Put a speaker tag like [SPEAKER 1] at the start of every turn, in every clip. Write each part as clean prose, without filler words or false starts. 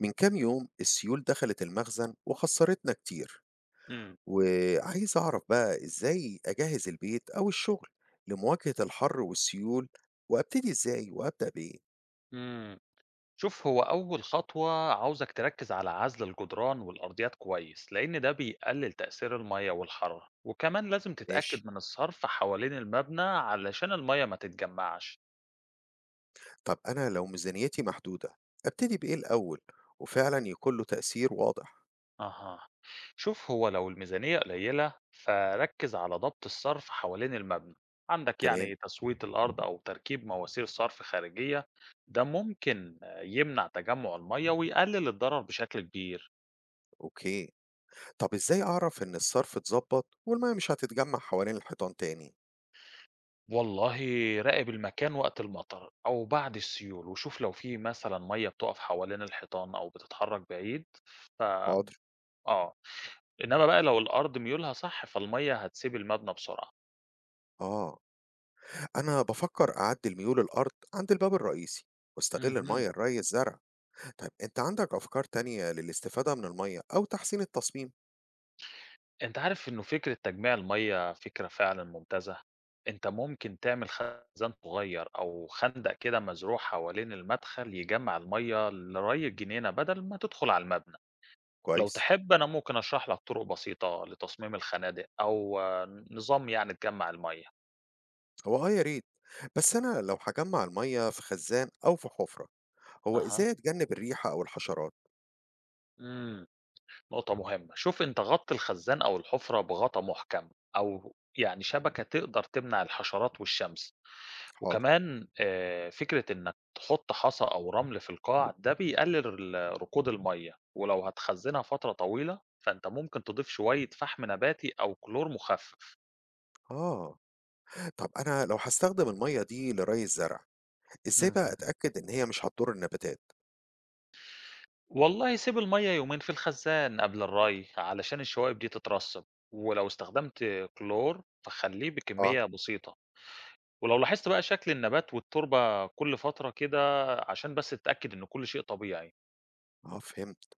[SPEAKER 1] من كام يوم السيول دخلت المخزن وخسرتنا كتير،
[SPEAKER 2] إمم،
[SPEAKER 1] وعايز أعرف بقى إزاي أجهز البيت أو الشغل لمواجهة الحر والسيول، وأبتدي إزاي وأبدأ بإيه؟
[SPEAKER 2] إمم. شوف هو أول خطوة عاوزك تركّز على عزل الجدران والأرضيات كويس، لإن ده بيقلل تأثير المَيّة والحرارة، وكمان لازم
[SPEAKER 1] ماشي.
[SPEAKER 2] تتأكد من الصرف حوالين المبنى علشان المَيّة ما تتجمّعش.
[SPEAKER 1] طب أنا لو ميزانيتي محدودة، أبتدي بإيه الأول وفعلا يكون له تأثير واضح؟
[SPEAKER 2] أها، شوف هو لو الميزانية قليلة فركّز على ضبط الصرف حوالين المبنى، عندك
[SPEAKER 1] تمام.
[SPEAKER 2] يعني تسوية الأرض أو تركيب مواسير صرف خارجية، ده ممكن يمنع تجمُّع المَيّة ويقلل الضرر بشكل كبير.
[SPEAKER 1] أوكي. طب إزاي أعرف إن الصرف اتظبط والمية مش هتتجمع حوالين الحيطان تاني؟
[SPEAKER 2] والله راقب المكان وقت المطر أو بعد السيول وشوف لو في مثلا مية بتقف حوالين الحيطان أو بتتحرك بعيد. ف
[SPEAKER 1] حاضر.
[SPEAKER 2] آه إنما بقى لو الأرض ميولها صح فالمية هتسيب المبنى بسرعة.
[SPEAKER 1] آه، أنا بفكر أعدل ميول الأرض عند الباب الرئيسي واستغل المية
[SPEAKER 2] مهم.
[SPEAKER 1] لري الزرع. طيب أنت عندك أفكار تانية للاستفادة من المَيّة أو تحسين التصميم؟
[SPEAKER 2] أنت عارف إنه فكرة تجميع المية فكرة فعلا ممتازة. أنت ممكن تعمل خزان صغير أو خندق كده مزروع حوالين المدخل يجمع المية لري الجنينة بدل ما تدخل على المبنى. لو
[SPEAKER 1] كويس،
[SPEAKER 2] تحب أنا ممكن أشرح لك طرق بسيطة لتصميم الخنادق أو نظام يعني تجمع المية.
[SPEAKER 1] هو آه يا ريت، بس أنا لو هاجمّع المَيّة في خزان أو في حُفرة، هو
[SPEAKER 2] أها،
[SPEAKER 1] إزاي أتجنب الريحة أو الحشرات؟
[SPEAKER 2] مم. نقطة مهمة. شوف أنت غطي الخزان أو الحفرة بغطا محكم أو يعني شبكة تقدر تمنع الحشرات والشمس.
[SPEAKER 1] حاضر.
[SPEAKER 2] وكمان فكرة إنك تحط حصى أو رمل في القاع ده بيقلل ركود المية. ولو هتخزنها فترة طويلة فأنت ممكن تضيف شوية فحم نباتي أو كلور مخفف.
[SPEAKER 1] آه. طب أنا لو هاستخدم المَيّة دي لري الزرع، إزاي بقى
[SPEAKER 2] مهم.
[SPEAKER 1] أتأكد إن هي مش هتضر النباتات؟
[SPEAKER 2] والله سيب المية يومين في الخزان قبل الري علشان الشوائب دي تترسب. ولو استخدمت كلور فخليه
[SPEAKER 1] آه.
[SPEAKER 2] بكمية بسيطة. ولو لاحظت بقى شكل النبات والتربة كل فترة كده عشان بس تتأكد إن كل شيء طبيعي.
[SPEAKER 1] آه، فهمت.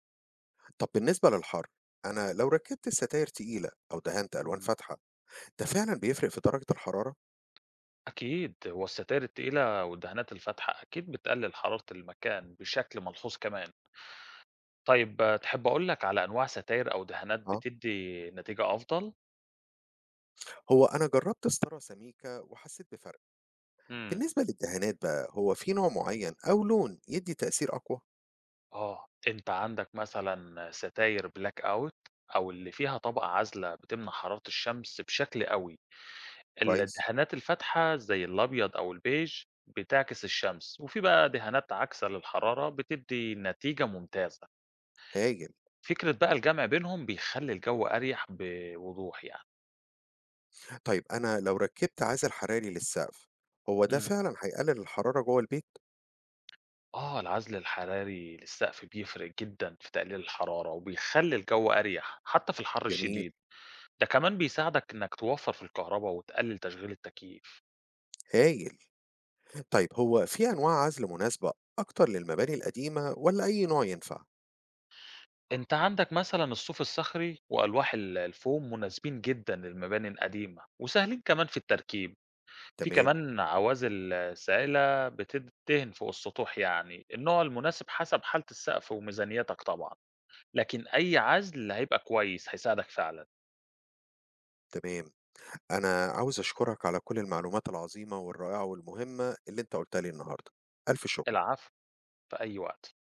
[SPEAKER 1] طب بالنسبة للحر، أنا لو ركبت ستاير تقيلة أو دهنت ألوان
[SPEAKER 2] مم.
[SPEAKER 1] فاتحة، ده فعلًا بيفرق في درجة الحرارة؟
[SPEAKER 2] أكيد. والستائر التقيلة والدهانات الفاتحة أكيد بتقلل حرارة المكان بشكل ملحوظ كمان. طيب تحب أقولك على أنواع ستائر أو دهانات
[SPEAKER 1] آه.
[SPEAKER 2] بتدي نتيجة أفضل؟
[SPEAKER 1] هو أنا جرّبت ستارة سميكة وحسيت بفرق.
[SPEAKER 2] مم.
[SPEAKER 1] بالنسبة للدهانات بقى، هو في نوع معيّن أو لون يدّي تأثير أقوى؟
[SPEAKER 2] أنت عندك مثلًا ستاير black out أو اللي فيها طبقة عازلة بتمنع حرارة الشمس بشكل قوي.
[SPEAKER 1] كويس.
[SPEAKER 2] الدهانات الفاتحة زي الأبيض أو البيج بتعكس الشمس، وفي بقى دهانات عاكسة للحرارة بتدّي نتيجة ممتازة.
[SPEAKER 1] هايل.
[SPEAKER 2] فكرة بقى الجمع بينهم بيخلّي الجو أريح بوضوح يعني.
[SPEAKER 1] طيب أنا لو ركّبت عازل حراري للسقف، هو ده
[SPEAKER 2] إمم.
[SPEAKER 1] فعلًا هيقلل الحرارة جوّه البيت؟
[SPEAKER 2] العزل الحراري للسقف بيفرق جدًا في تقليل الحرارة، وبيخلّي الجو أريح حتى في الحر
[SPEAKER 1] جميل.
[SPEAKER 2] الشديد. ده كمان بيساعدك إنك توفّر في الكهربا وتقلل تشغيل التكييف.
[SPEAKER 1] هايل. طيب هو في أنواع عزل مناسبة أكتر للمباني القديمة والّا أي نوع ينفع؟
[SPEAKER 2] أنت عندك مثلًا الصوف الصخري وألواح ال الفوم مناسبين جدًا للمباني القديمة وسهلين كمان في التركيب. في
[SPEAKER 1] تمام.
[SPEAKER 2] كمان عوازل سائلة بتدهن فوق السطوح يعني، النوع المناسب حسب حالة السقف وميزانيتك طبعًا، لكن أي عزل هيبقى كويس هيساعدك فعلًا.
[SPEAKER 1] تمام. أنا عاوز أشكرك على كل المعلومات العظيمة والرائعة والمهمة اللي أنت قُلتها لي النهارده. ألف شكر.
[SPEAKER 2] العفو، في أي وقت.